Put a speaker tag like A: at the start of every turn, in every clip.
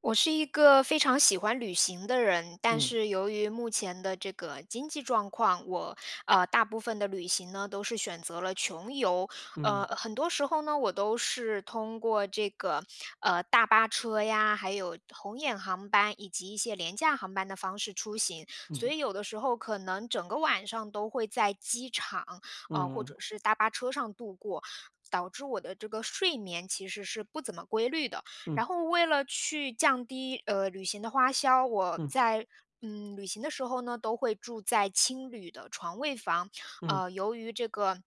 A: 我是一个非常喜欢旅行的人，但
B: 嗯
A: 是由于目前的这个经济状况，我大部分的旅行呢都是选择了穷游，
B: 嗯
A: 很多时候呢我都是通过这个大巴车呀，还有红眼航班以及一些廉价航班的方式出行，所以
B: 嗯
A: 有的时候可能整个晚上都会在机场啊或
B: 嗯
A: 者是大巴车上度过，导致我的这个睡眠其实是不怎么规律的。
B: 嗯
A: 然后为了去降低旅行的花销，我
B: 嗯
A: 在旅行的时候呢，都会住在青旅的床位房。
B: 嗯，
A: 呃，由于这个。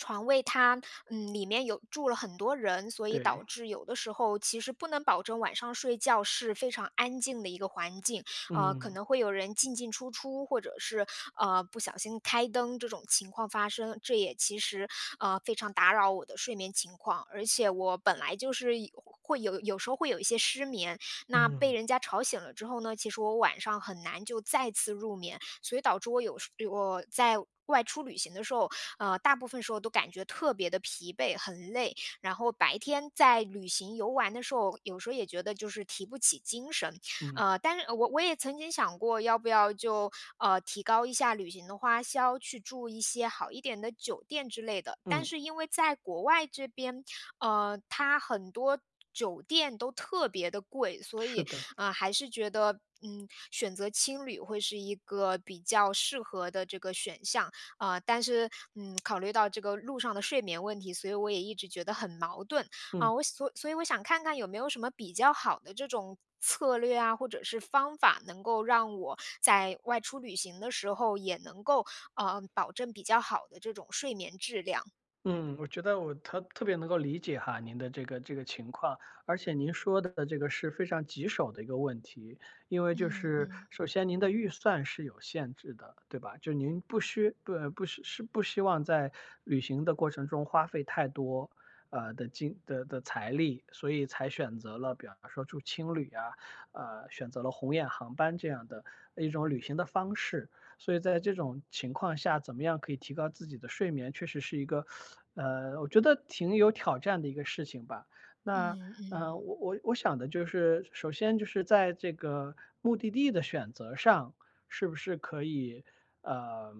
A: 床位它嗯里面有住了很多人，所以
B: 对，
A: 导致有的时候其实不能保证晚上睡觉是非常安静的一个环境，呃，可
B: 嗯
A: 能会有人进进出出，或者是不小心开灯这种情况发生，这也其实非常打扰我的睡眠情况。而且我本来就是有会有时候会有一些失眠，那被
B: 嗯
A: 人家吵醒了之后呢，其实我晚上很难就再次入眠，所以导致我有时我在外出旅行的时候，呃，大部分时候都感觉特别的疲惫，很累。然后白天在旅行游玩的时候，有时候也觉得就是提不起精神，
B: 嗯
A: 呃，但是我也曾经想过，要不要就提高一下旅行的花销，去住一些好一点的酒店之类的。但
B: 嗯，
A: 是因为在国外这边，呃，它很多酒店都特别的贵，所
B: 是
A: 以
B: 的，
A: 还是觉得,选择青旅会是一个比较适合的这个选项啊、但是嗯，考虑到这个路上的睡眠问题，所以我也一直觉得很矛盾。
B: 嗯。
A: 啊，我所以我想看看有没有什么比较好的这种策略啊，或者是方法，能够让我在外出旅行的时候也能够，呃，保证比较好的这种睡眠质量。
B: 嗯，我觉得我特别能够理解哈您的这个情况，而且您说的这个是非常棘手的一个问题，因为就
A: 嗯
B: 是
A: 嗯
B: 首先您的预算是有限制的，对吧？就您不需不不是是不希望在旅行的过程中花费太多。呃的金的的财力，所以才选择了，比方说住青旅啊，选择了红眼航班这样的一种旅行的方式。所以在这种情况下，怎么样可以提高自己的睡眠，确实是一个，我觉得挺有挑战的一个事情吧。那，
A: 嗯嗯
B: 我想的就是，首先就是在这个目的地的选择上，是不是可以，呃，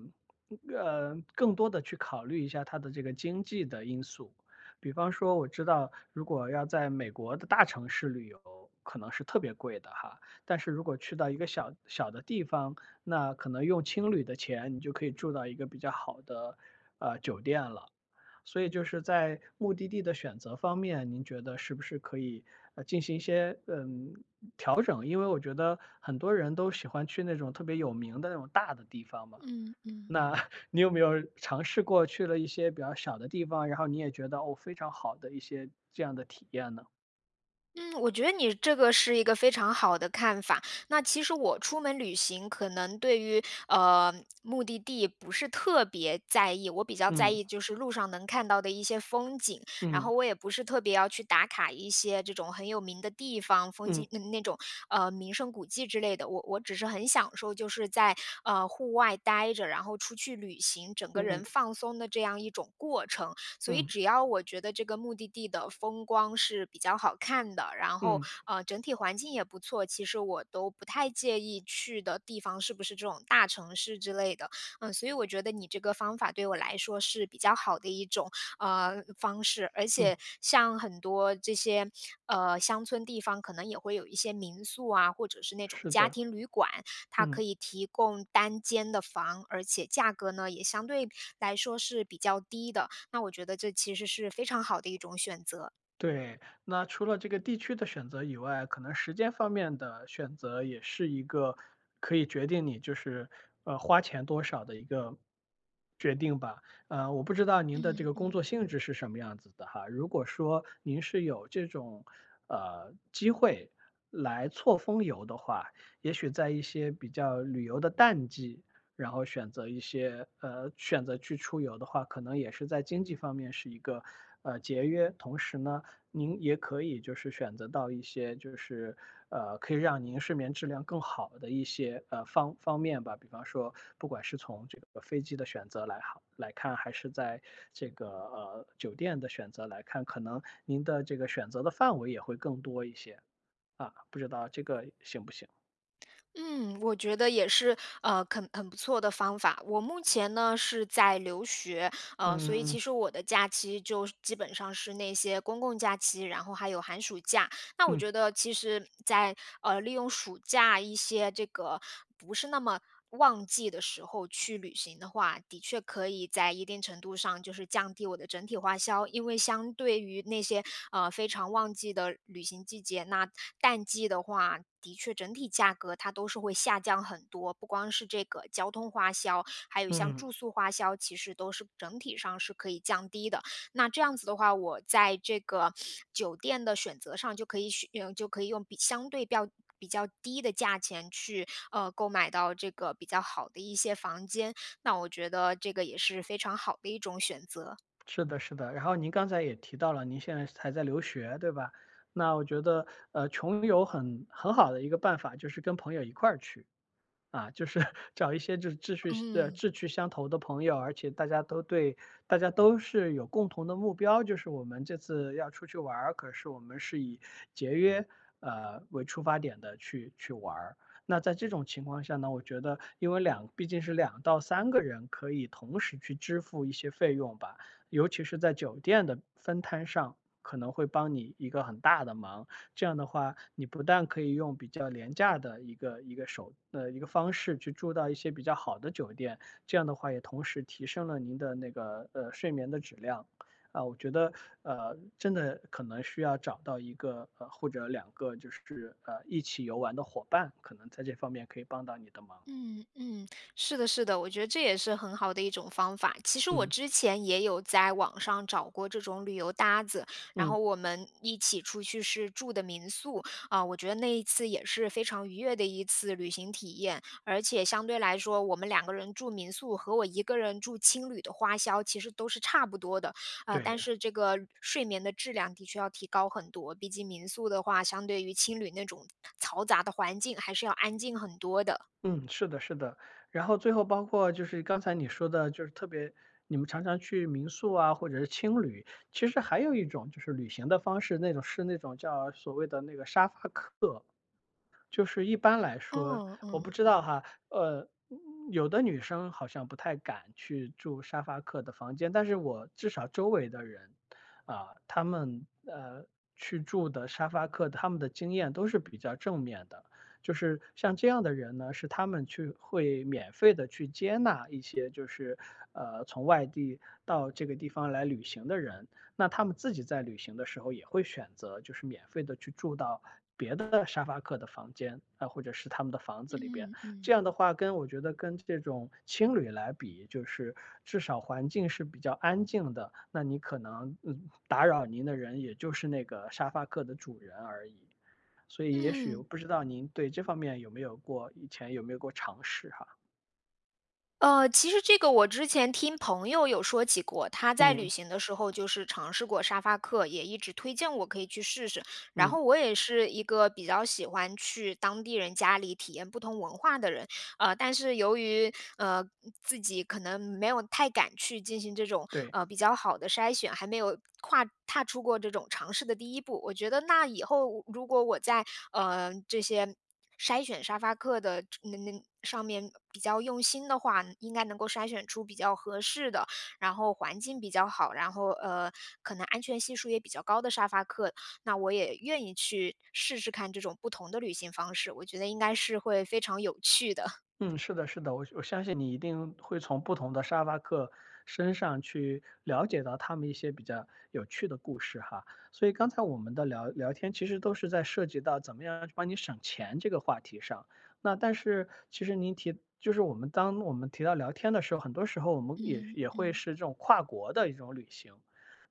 B: 更多的去考虑一下它的这个经济的因素。比方说，我知道如果要在美国的大城市旅游，可能是特别贵的哈。但是如果去到一个小小的地方，那可能用青旅的钱，你就可以住到一个比较好的，酒店了。所以就是在目的地的选择方面，您觉得是不是可以，进行一些，嗯，调整？因为我觉得很多人都喜欢去那种特别有名的那种大的地方嘛，
A: 嗯嗯。
B: 那 你有没有尝试过去了一些比较小的地方，然后你也觉得，哦，非常好的一些这样的体验呢？
A: 嗯，我觉得你这个是一个非常好的看法。那其实我出门旅行，可能对于呃目的地不是特别在意，我比较在
B: 嗯，
A: 意就是路上能看到的一些风景，然
B: 嗯，
A: 后我也不是特别要去打卡一些这种很有名的地方、风
B: 嗯，
A: 景那种名胜古迹之类的。我只是很享受就是在户外待着，然后出去旅行，整个
B: 嗯，
A: 人放松的这样一种过程。所以
B: 嗯，
A: 只要我觉得这个目的地的风光是比较好看的，然后
B: 嗯，
A: 整体环境也不错，其实我都不太介意去的地方是不是这种大城市之类的。嗯，所以我觉得你这个方法对我来说是比较好的一种方式，而
B: 嗯，
A: 且像很多这些乡村地方，可能也会有一些民宿啊，或者是那种
B: 是
A: 家
B: 的，
A: 庭旅馆，它
B: 嗯。
A: 可以提供单间的房，而且价格呢也相对来说是比较低的。那我觉得这其实是非常好的一种选择。
B: 对，那除了这个地区的选择以外，可能时间方面的选择也是一个可以决定你就是花钱多少的一个决定吧。我不知道您的这
A: 嗯
B: 个工
A: 嗯。
B: 作性质是什么样子的哈。如果说您是有这种机会来错峰游的话，也许在一些比较旅游的淡季。然后选择一些选择去出游的话，可能也是在经济方面是一个节约，同时呢您也可以就是选择到一些就是，可以让您睡眠质量更好的一些，方方面吧。比方说，不管是从这个飞机的选择来看，还是在这个，酒店的选择来看，可能您的这个选择的范围也会更多一些，啊，不知道这个行不行？
A: 嗯，我觉得也是，呃，很不错的方法。我目前呢是在留学，呃，所以
B: 嗯，
A: 其实我的假期就基本上是那些公共假期，然后还有寒暑假。那我
B: 嗯，
A: 觉得其实在，利用暑假一些这个不是那么旺季的时候去旅行的话，的确可以在一定程度上就是降低我的整体花销，因为相对于那些非常旺季的旅行季节，那淡季的话，的确整体价格它都是会下降很多，不光是这个交通花销，还有像
B: 嗯，
A: 住宿花销，其实都是整体上是可以降低的。那这样子的话，我在这个酒店的选择上就可以选，就可以用比相对比较低的价钱去购买到这个比较好的一些房间。那我觉得这个也是非常好的一种选择。
B: 是的，是的。然后您刚才也提到了，您现在还在留学，对吧？那我觉得，穷游很好的一个办法就是跟朋友一块儿去。啊，就是 找一些就是
A: 嗯。
B: 志趣相投的朋友，而且大家都是有共同的目标，就是我们这次要出去玩儿，可是我们是以节约，为出发点的去玩儿。那在这种情况下呢，我觉得因为毕竟是两到三个人可以同时去支付一些费用吧，尤其是在酒店的分摊上，可能会帮你一个很大的忙。这样的话，你不但可以用比较廉价的一个方式去住到一些比较好的酒店，这样的话也同时提升了您的那个，睡眠的质量。啊，我觉得，真的可能需要找到一个，或者两个就是，一起游玩的伙伴，可能在这方面可以帮到你的忙。
A: 嗯嗯，是的，是的，我觉得这也是很好的一种方法。其实我
B: 嗯，
A: 之前也有在网上找过这种旅游搭子，然
B: 嗯，
A: 后我们一起出去是住的民宿啊，我觉得那一次也是非常愉悦的一次旅行体验。而且相对来说，我们两个人住民宿和我一个人住青旅的花销其实都是差不多的啊，但
B: 对。
A: 是这个睡眠的质量的确要提高很多，毕竟民宿的话，相对于青旅那种嘈杂的环境还是要安静很多的。
B: 嗯，是的，是的。然后最后包括就是刚才你说的，就是特别你们常常去民宿啊，或者是青旅，其实还有一种就是旅行的方式，那种叫所谓的那个沙发客，就是一般来说，
A: 哦
B: 我不
A: 嗯。
B: 知道哈，嗯有的女生好像不太敢去住沙发客的房间，但是我至少周围的人，啊，他们去住的沙发客，他们的经验都是比较正面的，就是像这样的人呢，是他们去会免费的去接纳一些就是从外地到这个地方来旅行的人，那他们自己在旅行的时候也会选择就是免费的去住到别的沙发客的房间，啊，或者是他们的房子里边。
A: 嗯
B: 这
A: 嗯，
B: 样的话，我觉得跟这种青旅来比，就是至少环境是比较安静的，那你可能，嗯，打扰您的人也就是那个沙发客的主人而已。所以也许我
A: 嗯，
B: 不知道您对这方面有没有过尝试哈？
A: 呃，其实这个我之前听朋友有说起过，他在旅
B: 嗯，
A: 行的时候就是尝试过沙发客，也一直推荐我可以去试试。然
B: 嗯，
A: 后我也是一个比较喜欢去当地人家里体验不同文化的人，呃，但是由于呃自己可能没有太敢去进行这种
B: 对。
A: 比较好的筛选，还没有跨踏出过这种尝试的第一步。我觉得那以后如果我在这些筛选沙发客的那上面比较用心的话，应该能够筛选出比较合适的，然后环境比较好，然后呃，可能安全系数也比较高的沙发客，那我也愿意去试试看这种不同的旅行方式，我觉得应该是会非常有趣的。
B: 嗯，是的，是的，我我相信你一定会从不同的沙发客身上去了解到他们一些比较有趣的故事哈。所以刚才我们的聊天其实都是在涉及到怎么样去帮你省钱这个话题上。那但是其实就是我们提到聊天的时候，很多时候我们也
A: 嗯
B: 也会
A: 嗯。
B: 是这种跨国的一种旅行。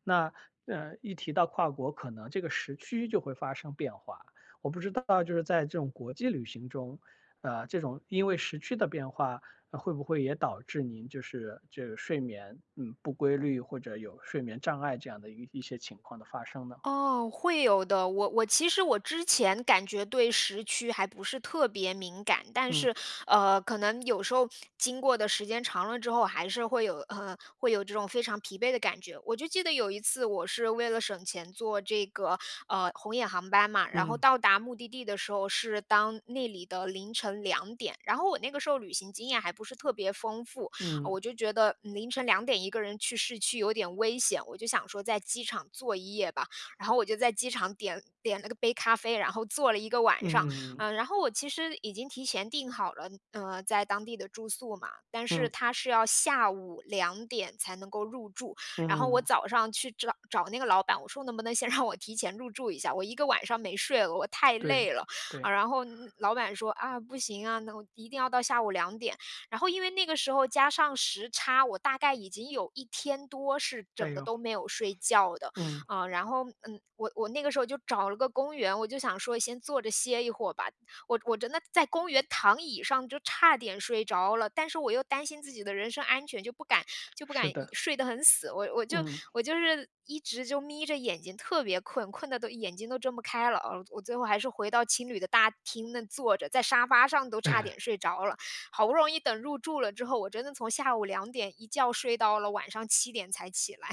B: 那一提到跨国，可能这个时区就会发生变化。我不知道，就是在这种国际旅行中，这种因为时区的变化，会不会也导致您就是这个睡眠，嗯，不规律或者有睡眠障碍这样的一些情况的发生呢？
A: 哦，会有的。我其实我之前感觉对时区还不是特别敏感，但
B: 嗯
A: 是，呃，可能有时候经过的时间长了之后，还是会有这种非常疲惫的感觉。我就记得有一次，我是为了省钱坐这个红眼航班嘛，然后
B: 嗯
A: 到达目的地的时候是当那里的凌晨两点，然后我那个时候旅行经验还不是特别丰富，
B: 嗯
A: 我就觉得凌晨两点一个人去市区有点危险，我就想说在机场坐一夜吧。然后我就在机场点了个杯咖啡，然后坐了一个晚上。
B: 嗯
A: 嗯、然后我其实已经提前订好了，呃，在当地的住宿嘛，但是
B: 嗯
A: 他是要下午两点才能够入住。然后我
B: 嗯，
A: 早上去找那个老板，我说能不能先 让我提前入住一下？我一个晚上没睡了，我太
B: 对
A: 累了
B: 对，
A: 啊。然后老板说啊，不行啊，那我一定要到下午两点。然后因为那个时候加上时差，我大概已经有一天多是
B: 哎
A: 整个
B: 呦，
A: 都没有睡觉的。
B: 嗯，
A: 啊、然后嗯，我那个时候就找了个公园，我就想说先坐着歇一会儿吧。我真的在公园躺椅上就差点睡着了，但是我又担心自己的人身安全，就不敢就不
B: 是
A: 敢一
B: 的，
A: 睡得很死。我我就
B: 嗯。
A: 我就是一直就眯着眼睛，特别困，困的都眼睛都睁不开了。我最后还是回到情侣的大厅那坐着，在沙发上都差点睡着了。好不容易等入住了之后，我真的从下午两点一觉睡到了晚上7点才起来。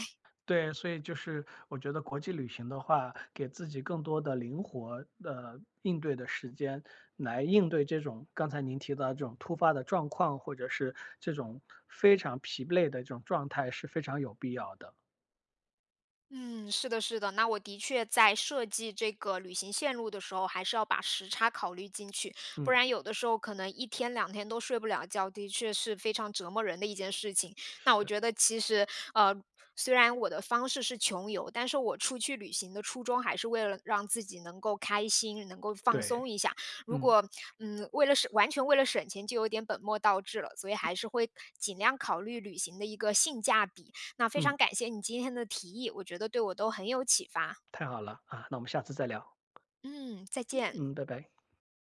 B: 对，所以就是我觉得国际旅行的话，给自己更多的灵活的应对的时间，来应对这种刚才您提到的这种突发的状况，或者是这种非常疲惫的这种状态是非常有必要的。
A: 嗯，是的，是的。那我的确在设计这个旅行线路的时候，还是要把时差考虑进去，不
B: 嗯，
A: 然有的时候可能一天两天都睡不了觉，的确是非常折磨人的一件事情。
B: 是
A: 那我
B: 的，
A: 觉得其实，呃，虽然我的方式是穷游，但是我出去旅行的初衷还是为了让自己能够开心，能够放
B: 对，
A: 松一下。如
B: 嗯
A: 果，为了省，完全为了省钱，就有点本末倒置了。所以还是会尽量考虑旅行的一个性价比，那非
B: 嗯，
A: 常感谢你今天的提议，我觉得对我都很有启发。
B: 太好了啊，那我们下次再聊，
A: 嗯，再见。
B: 嗯，拜拜。